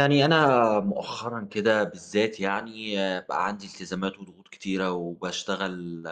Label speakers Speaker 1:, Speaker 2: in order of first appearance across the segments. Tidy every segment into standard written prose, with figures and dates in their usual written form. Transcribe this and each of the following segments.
Speaker 1: يعني أنا مؤخرًا كده بالذات يعني بقى عندي التزامات وضغوط كتيرة، وباشتغل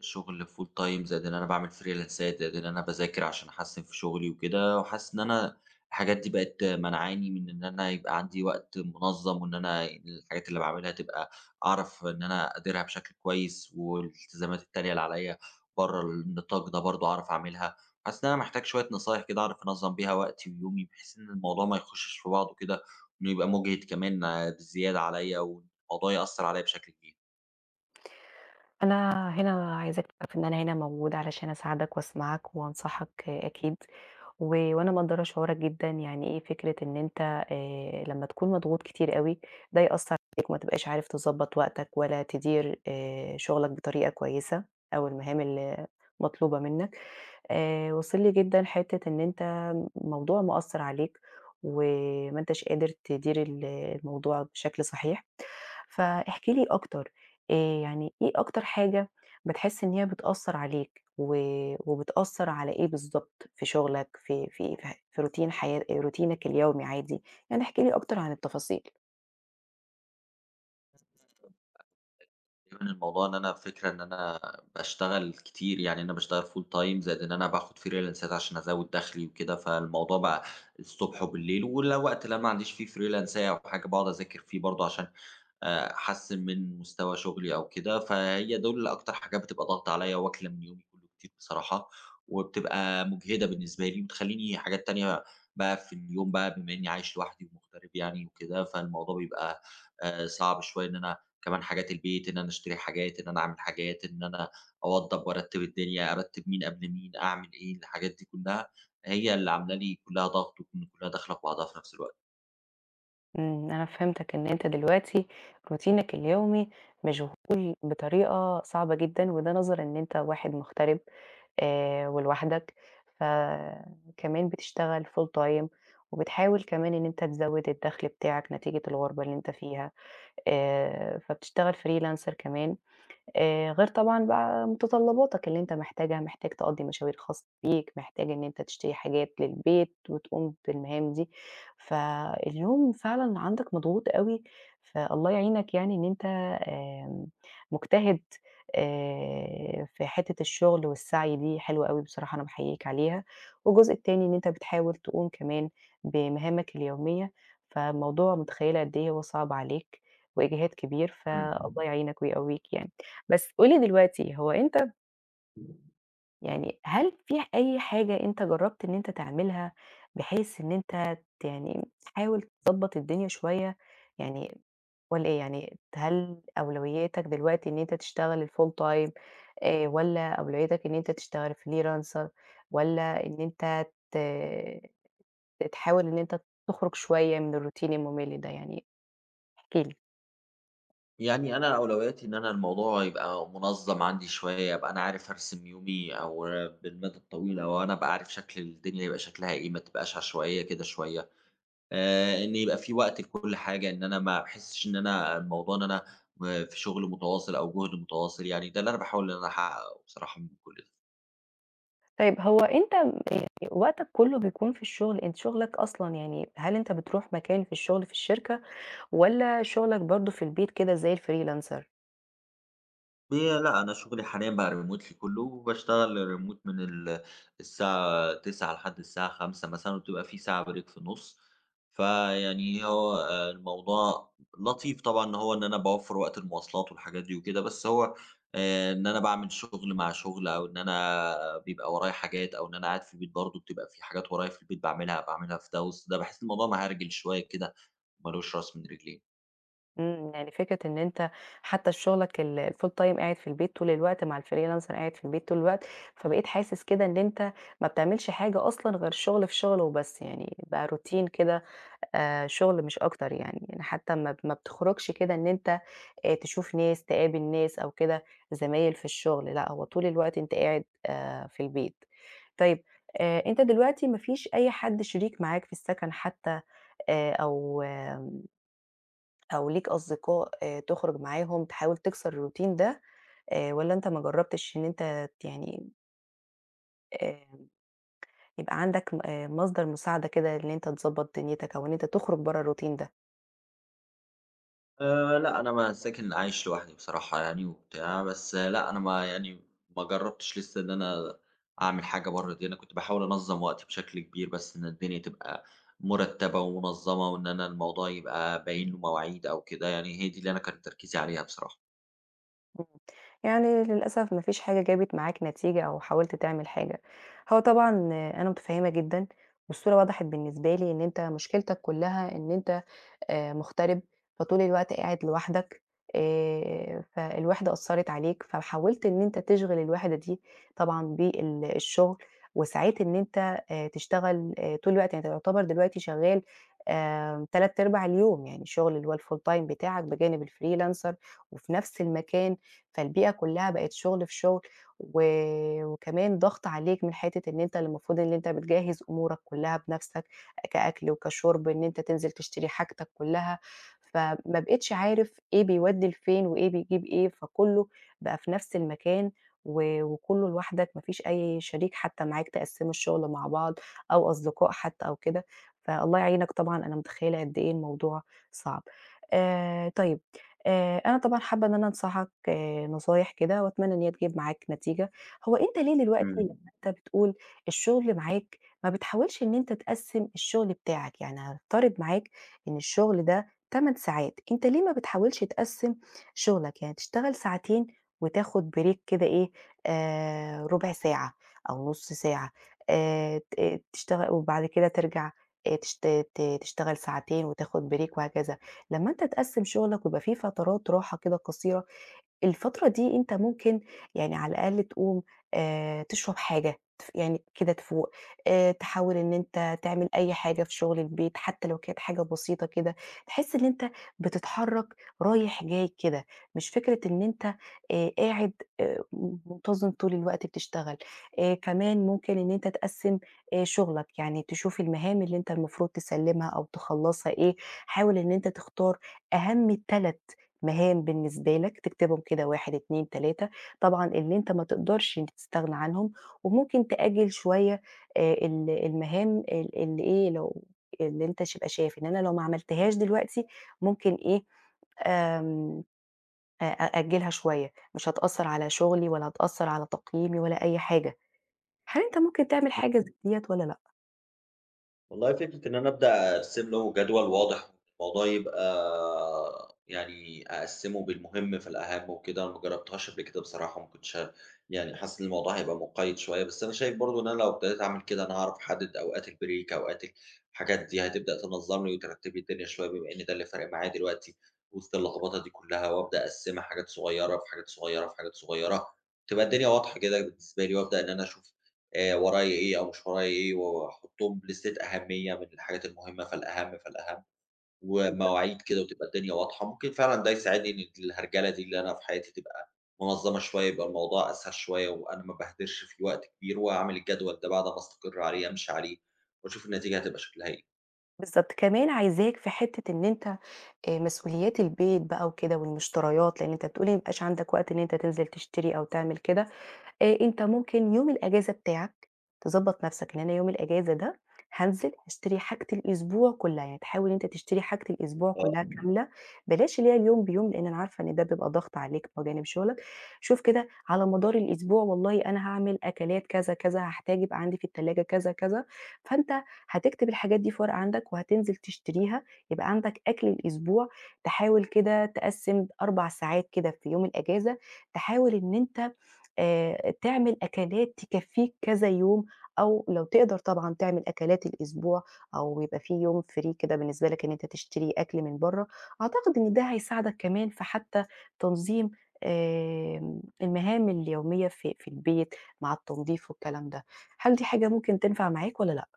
Speaker 1: شغل full time زائد إن أنا باعمل فريلانسات، زائد إن أنا باذاكر عشان أحسّن في شغلي وكده، وحاسس إن أنا الحاجات دي بقت مانعاني من إن أنا يبقى عندي وقت منظم، وإن أنا الحاجات اللي باعملها تبقى أعرف إن أنا أديرها بشكل كويس، والالتزامات التانية اللي عليَّ برّه النطاق ده برضه أعرف أعملها. حاسس إن أنا محتاج شوية نصايح كده أعرف أنظم بيها وقتي ويومي، بحيث إن الموضوع ما يخشش في بعضه كده، بيبقى مُجهِد كمان بزيادة عليَّ، والموضوع يأثّر عليَّ بشكل كبير.
Speaker 2: أنا هنا عايزاك تعرف إن أنا هنا موجودة علشان أساعدك وأسمعك وأنصحك آه، أكيد، و وأنا مقدّرة شعورك جدًا. يعني إيه فكرة إن أنت لمّا تكون مضغوط كتير أوي ده يأثّر عليك وما تبقاش عارف تضبّط وقتك ولا تدير شغلك بطريقة كويسة أو المهام اللي مطلوبة منّك. واصل لي جدًا حتّة إن أنت الموضوع مأثّر عليك، وما أنتش قادر تدير الموضوع بشكل صحيح، فاحكِ لي أكتر. آآ يعني إيه أكتر حاجة بتحس إن هي بتأثّر عليك، و وبتأثّر على إيه بالضبط في شغلك، في في روتينك اليومي عادي؟ يعني احكِ لي أكتر عن التفاصيل.
Speaker 1: كمان الموضوع إن أنا فكرة إن أنا باشتغل كتير، يعني أنا باشتغل full time زائد إن أنا باخد فريلانسات عشان أزوّد دخلي وكده، فالموضوع بقى الصبح وبالليل، والوقت اللي أنا ما عنديش فيه فريلانساية أو حاجة باقعد أذاكر فيه برضه عشان أحسّن من مستوى شغلي أو كده، فهي دول أكتر حاجات بتبقى ضاغطة عليّا واكلة من يومي كُلّه كتير بصراحة، وبتبقى مُجهدة بالنسبة لي، وبتخلّيني حاجات تانية بقى في اليوم بقى بما إنّي عايش لوحدي ومغترب يعني وكده، فالموضوع بيبقى صعب شوية، إن أنا كمان حاجات البيت، إن أنا أشتري حاجات، إن أنا أعمل حاجات، إن أنا أوضّب وأرتّب الدنيا، أرتّب مين قبل مين، أعمل إيه، الحاجات دي كُلّها هي اللي عاملة لي كُلّها ضغط وكُلّها داخلة في بعضها في نفس الوقت.
Speaker 2: أنا فهمتك إن أنت دلوقتي روتينك اليومي مشغول بطريقة صعبة جدًا، وده نظرًا إن أنت واحد مغترب ولوحدك، فكمان بتشتغل full time وبتحاول كمان إن أنت تزوّد الدخل بتاعك نتيجة الغُربة اللي أنت فيها، فبتشتغل freelancer كمان. غير طبعًا بقى متطلباتك اللي أنت محتاجها، محتاج تقضّي مشاوير خاصة بيك، محتاج إن أنت تشتري حاجات للبيت وتقوم بالمهام دي، فاليوم فعلًا عندك مضغوط أوي، فالله يعينك. يعني إن أنت آمم مجتهد، في حتّة الشغل والسعي دي حلوة أوي بصراحة أنا باحييك عليها، والجزء التاني إن أنت بتحاول تقوم كمان بمهامك اليومية. فالموضوع متخيّلة قد إيه هو صعب عليك وإجهاد كبير، فالله يعينك ويقويك يعني. بس قُل لي دلوقتي، هو أنت
Speaker 1: إمم.
Speaker 2: يعني هل في أي حاجة أنت جرّبت إن أنت تعملها بحيث إن أنت يعني تحاول تضبّط الدنيا شوية؟ يعني والّا إيه، يعني هل أولوياتك دلوقتي إن أنت تشتغل الfull time، والّا أولوياتك إن أنت تشتغل freelancer، والّا إن أنت ت ت تحاول إن أنت تخرج شوية من الروتين المُمِل ده يعني؟ احكِ لي.
Speaker 1: يعني أنا أولوياتي إن أنا الموضوع يبقى منظّم عندي شوية، أبقى أنا عارف أرسم يومي أو بالمدى الطويل، أو أنا أبقى عارف شكل الدنيا يبقى شكلها إيه، ما تبقاش عشوائية كده شوية، إن يبقى في وقت لكل حاجة، إن أنا ما أحسّش إن أنا الموضوع إن أنا في شغل متواصل أو جهد متواصل يعني، ده اللي أنا باحاول إن أنا أحققه بصراحة من كل ده.
Speaker 2: طيب هو أنت يعني وقتك كله بيكون في الشغل، أنت شغلك أصلًا يعني هل أنت بتروح مكان في الشغل في الشركة والّا شغلك برضه في البيت كده زي الfreelancer؟
Speaker 1: هي لأ، أنا شغلي حاليًا بقى remotely كلّه، وباشتغل remote من الساعة 09:00 لحد الساعة 17:00 مثلًا، وبتبقى في ساعة break في النُص، فيعني هو الموضوع لطيف طبعًا إن هو إن أنا باوفّر وقت المواصلات والحاجات دي وكده، بس هو إن أنا باعمل شغل مع شغل أو إن أنا بيبقى ورايا حاجات أو إن أنا قاعد في البيت برضه بتبقى في حاجات ورايا في البيت باعملها، باعملها في ده وسط ده، باحس الموضوع مهرجل شوية كده، ما لوش رأس من رجلين.
Speaker 2: يعني فكرة إن أنت حتى شغلك الfull time قاعد في البيت طول الوقت مع الfreelancer قاعد في البيت طول الوقت، فبقيت حاسس كده إن أنت ما بتعملش حاجة أصلًا غير شغل في شغل وبس، يعني بقى روتين كده، شغل مش أكتر يعني. يعني حتى ما بتخرجش كده إن أنت تشوف ناس، تقابل ناس أو كده زمايل في الشغل، لأ، هو طول الوقت أنت قاعد في البيت. طيب، أنت دلوقتي ما فيش أي حد شريك معاك في السكن حتى، آآ أو أو ليك أصدقاء تخرج معاهم تحاول تكسر الroutine ده، والّا أنت ما جرّبتش إن أنت يعني آآ يبقى عندك م مصدر مساعدة كده إن أنت تضبّط دنيتك أو إن أنت تخرج برّه الroutine ده؟
Speaker 1: لأ، أنا ما ساكن عايش لوحدي بصراحة يعني وبتاع، بس لأ، أنا ما يعني ما جرّبتش لسه إن أنا أعمل حاجة برّه دي، أنا كنت باحاول أنظّم وقتي بشكل كبير، بس إن الدنيا تبقى مُرتّبة ومنظّمة وإن أنا الموضوع يبقى باين له مواعيد أو كده، يعني هي دي اللي أنا كان تركيزي عليها بصراحة.
Speaker 2: إمم. يعني للأسف ما فيش حاجة جابت معاك نتيجة أو حاولت تعمل حاجة. هو طبعًا آه، أنا متفهّمة جدًا والصورة وضحت بالنسبة لي إن أنت مشكلتك كُلّها إن أنت مغترب، فطول الوقت قاعد لوحدك، فالوحدة أثّرت عليك، فحاولت إن أنت تشغل الوحدة دي طبعًا الشغل، وسعيت إن أنت تشتغل طول الوقت، يعني أنت يعتبر دلوقتي شغّال 3 أرباع اليوم، يعني الشغل اللي هو الfull time بتاعك بجانب الfreelancer وفي نفس المكان، فالبيئة كلّها بقت شغل في شغل، و وكمان ضغط عليك من حتّة إن أنت اللي المفروض إن أنت بتجهّز أمورك كلّها بنفسك، كأكل وكشرب، إن أنت تنزل تشتري حاجتك كلّها، فما بقيتش عارف إيه بيودّي لفين وإيه بيجيب إيه، فكلّه بقى في نفس المكان و وكلّه لوحدك، ما فيش أي شريك حتى معاك تقسّموا الشغل مع بعض أو أصدقاء حتى أو كده، فالله يعينك طبعًا. أنا متخيّلة قد إيه الموضوع صعب. طيب، أنا طبعًا حابة إن أنا أنصحك آه نصايح كده وأتمنى إن هي تجيب معاك نتيجة. هو أنت ليه دلوقتي، لمّا أنت بتقول الشغل معاك، ما بتحاولش إن أنت تقسّم الشغل بتاعك؟ يعني هنفترض معاك إن الشغل ده 8 ساعات، أنت ليه ما بتحاولش تقسّم شغلك، يعني تشتغل ساعتين وتاخد بريك كده إيه، ربع ساعة أو نُص ساعة، ت آه، تشتغل وبعد كده ترجع، آآ، تشت تشتغل ساعتين وتاخد بريك وهكذا. لمّا أنت تقسّم شغلك ويبقى في فترات راحة كده قصيرة، الفترة دي أنت ممكن يعني على الأقل تقوم تشرب حاجة، يعني كده تفوق، تحاول إن أنت تعمل أي حاجة في شغل البيت، حتى لو كانت حاجة بسيطة كده، تحس إن أنت بتتحرك رايح جاي كده، مش فكرة إن أنت قاعد آآ منتظم طول الوقت بتشتغل. كمان ممكن إن أنت تقسّم شغلك، يعني تشوف المهام اللي أنت المفروض تسلمها أو تخلصها إيه، حاول إن أنت تختار أهم ال3 مهام بالنسبة لك، تكتبهم كده 1 2 3، طبعًا اللي أنت ما تقدرش تستغنى عنهم، وممكن تأجل شوية ال المهام اللي إيه، لو اللي أنت تبقى شايف إن أنا لو ما عملتهاش دلوقتي ممكن إيه آمم أأجلها شوية، مش هتأثر على شغلي ولا هتأثر على تقييمي ولا أي حاجة. هل أنت ممكن تعمل حاجة زي ديّة والّا لأ؟
Speaker 1: والله فكرة إن أنا أبدأ أرسم له جدول واضح، الموضوع يبقى يعني أقسّمه بالمهم في الأهم وكده، أنا ما جرّبتهاش قبل كده بصراحة، ما كنتش يعني حاسس إن الموضوع هيبقى مُقيّد شوية، بس أنا شايف برضه إن أنا لو ابتديت أعمل كده أنا هاعرف أحدد أوقات البريك، أوقات الحاجات دي، هتبدأ تنظّم لي وترتّب لي الدنيا شوية، بما إن ده اللي فارق معايا دلوقتي وسط اللخبطة دي كلّها، وأبدأ أقسّمها حاجات صغيّرة، في حاجات صغيّرة، في حاجات صغيّرة، تبقى الدنيا واضحة كده بالنسبة لي، وأبدأ إن أنا أشوف ورايا إيه أو مش ورايا إيه، وأحطّهم بليستة أهمية من الحاجات المهمة فالأهم فالأهم، ومواعيد كده وتبقى الدنيا واضحة، ممكن فعلًا ده يساعدني إن الهرجلة دي اللي أنا في حياتي تبقى منظمة شوية، يبقى الموضوع أسهل شوية وأنا ما أبهدرش فيه وقت كبير، وأعمل الجدول ده بعد ما أستقر عليه أمشي عليه، وأشوف النتيجة هتبقى شكلها إيه.
Speaker 2: بالضبط. كمان عايزاك في حتّة إن أنت مسؤوليات البيت بقى وكده والمشتريات، لإن أنت بتقول لي ما بيبقاش عندك وقت إن أنت تنزل تشتري أو تعمل كده. أنت ممكن يوم الأجازة بتاعك تضبّط نَفْسك، إن أنا يوم الأجازة ده هانزل هاشتري حاجة الأسبوع كُلّها، يعني تحاول إن أنت تشتري حاجة الأسبوع كُلّها كاملة، بلاش اللي هي اليوم بيوم، لإن أنا عارفة إن ده بيبقى ضغط عليك بجانب شُغلك. شوف كده على مدار الأسبوع، والله أنا هاعمل أكلات كذا، كذا، هاحتاج يبقى عندي في التلاجة كذا، كذا، فأنت هتكتب الحاجات دي في ورقة عندك وهتنزل تشتريها، يبقى عندك أكل الأسبوع. تحاول كده تقسّم 4 ساعات كده في يوم الأجازة، تحاول إن أنت تعمل أكلات تكفّيك كذا يوم، أو لو تقدر طبعًا تعمل أكلات الأسبوع، أو يبقى في يوم free كده بالنسبة لك إن أنت تشتري أكل من برّه. أعتقد إن ده هيساعدك كمان في حتى تنظيم المهام اليومية في البيت مع التنضيف والكلام ده. هل دي حاجة ممكن تنفع معاك والّا لأ؟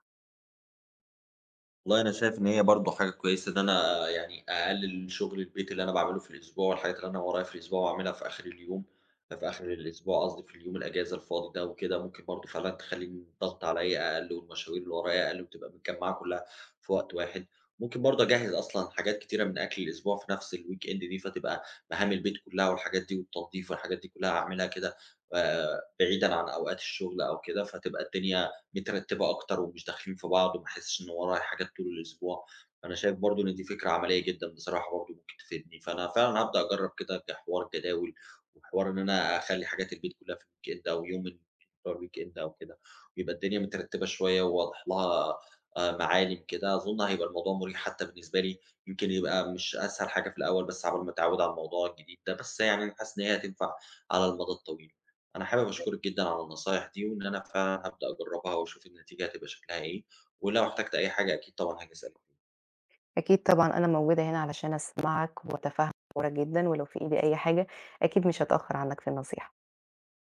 Speaker 1: والله أنا شايف إن هي برضه حاجة كويسة إن أنا يعني أقلل شغل البيت اللي أنا باعمله في الأسبوع والحاجات اللي أنا ورايا في الأسبوع وأعملها في آخر اليوم، في آخر الأسبوع قصدي، في اليوم الأجازة الفاضي ده وكده ممكن برضه فعلًا تخلّي الضغط عليّا أقل والمشاوير اللي ورايا أقل وتبقى متجمّعة كلّها في وقت واحد، ممكن برضه أجهّز أصلًا حاجات كتيرة من أكل الأسبوع في نفس الweekend دي، فتبقى مهام البيت كلّها والحاجات دي والتنضيف والحاجات دي كلّها هاعملها كده بعيدًا عن أوقات الشغل أو كده، فتبقى الدنيا مترتبة أكتر ومش داخلين في بعض وما احسش إن ورايا حاجات طول الأسبوع، أنا شايف برضه إن دي فكرة عملية جدًا بصراحة برضه ممكن تفيدني، فأنا فعلًا هابدأ أجرّب كده كحوار جداول وحوار إن أنا أخلّي حاجات البيت كلّها في الweekend أو يوم بتوع الweekend أو كده، ويبقى الدنيا مترتبة شوية وواضح لها معالم كده، أظن هيبقى الموضوع مريح حتى بالنسبة لي، يمكن يبقى مش أسهل حاجة في الأول بس عقبال ما أتعوّد على الموضوع الجديد ده، بس يعني أنا حاسس إن هي هتنفع على المدى الطويل. أنا حابب أشكرِك جدًا على النصايح دي، وإن أنا فعلًا هابدأ أجرّبها وأشوف النتيجة هتبقى شكلها إيه، ولو احتجت أي حاجة أكيد طبعًا هاجي أسألِك.
Speaker 2: أكيد طبعًا أنا موجودة هنا علشان أسمعك وأتفهّم أمورك جدًا، ولو في إيدي أي حاجة أكيد مش هاتأخر عنّك في النصيحة.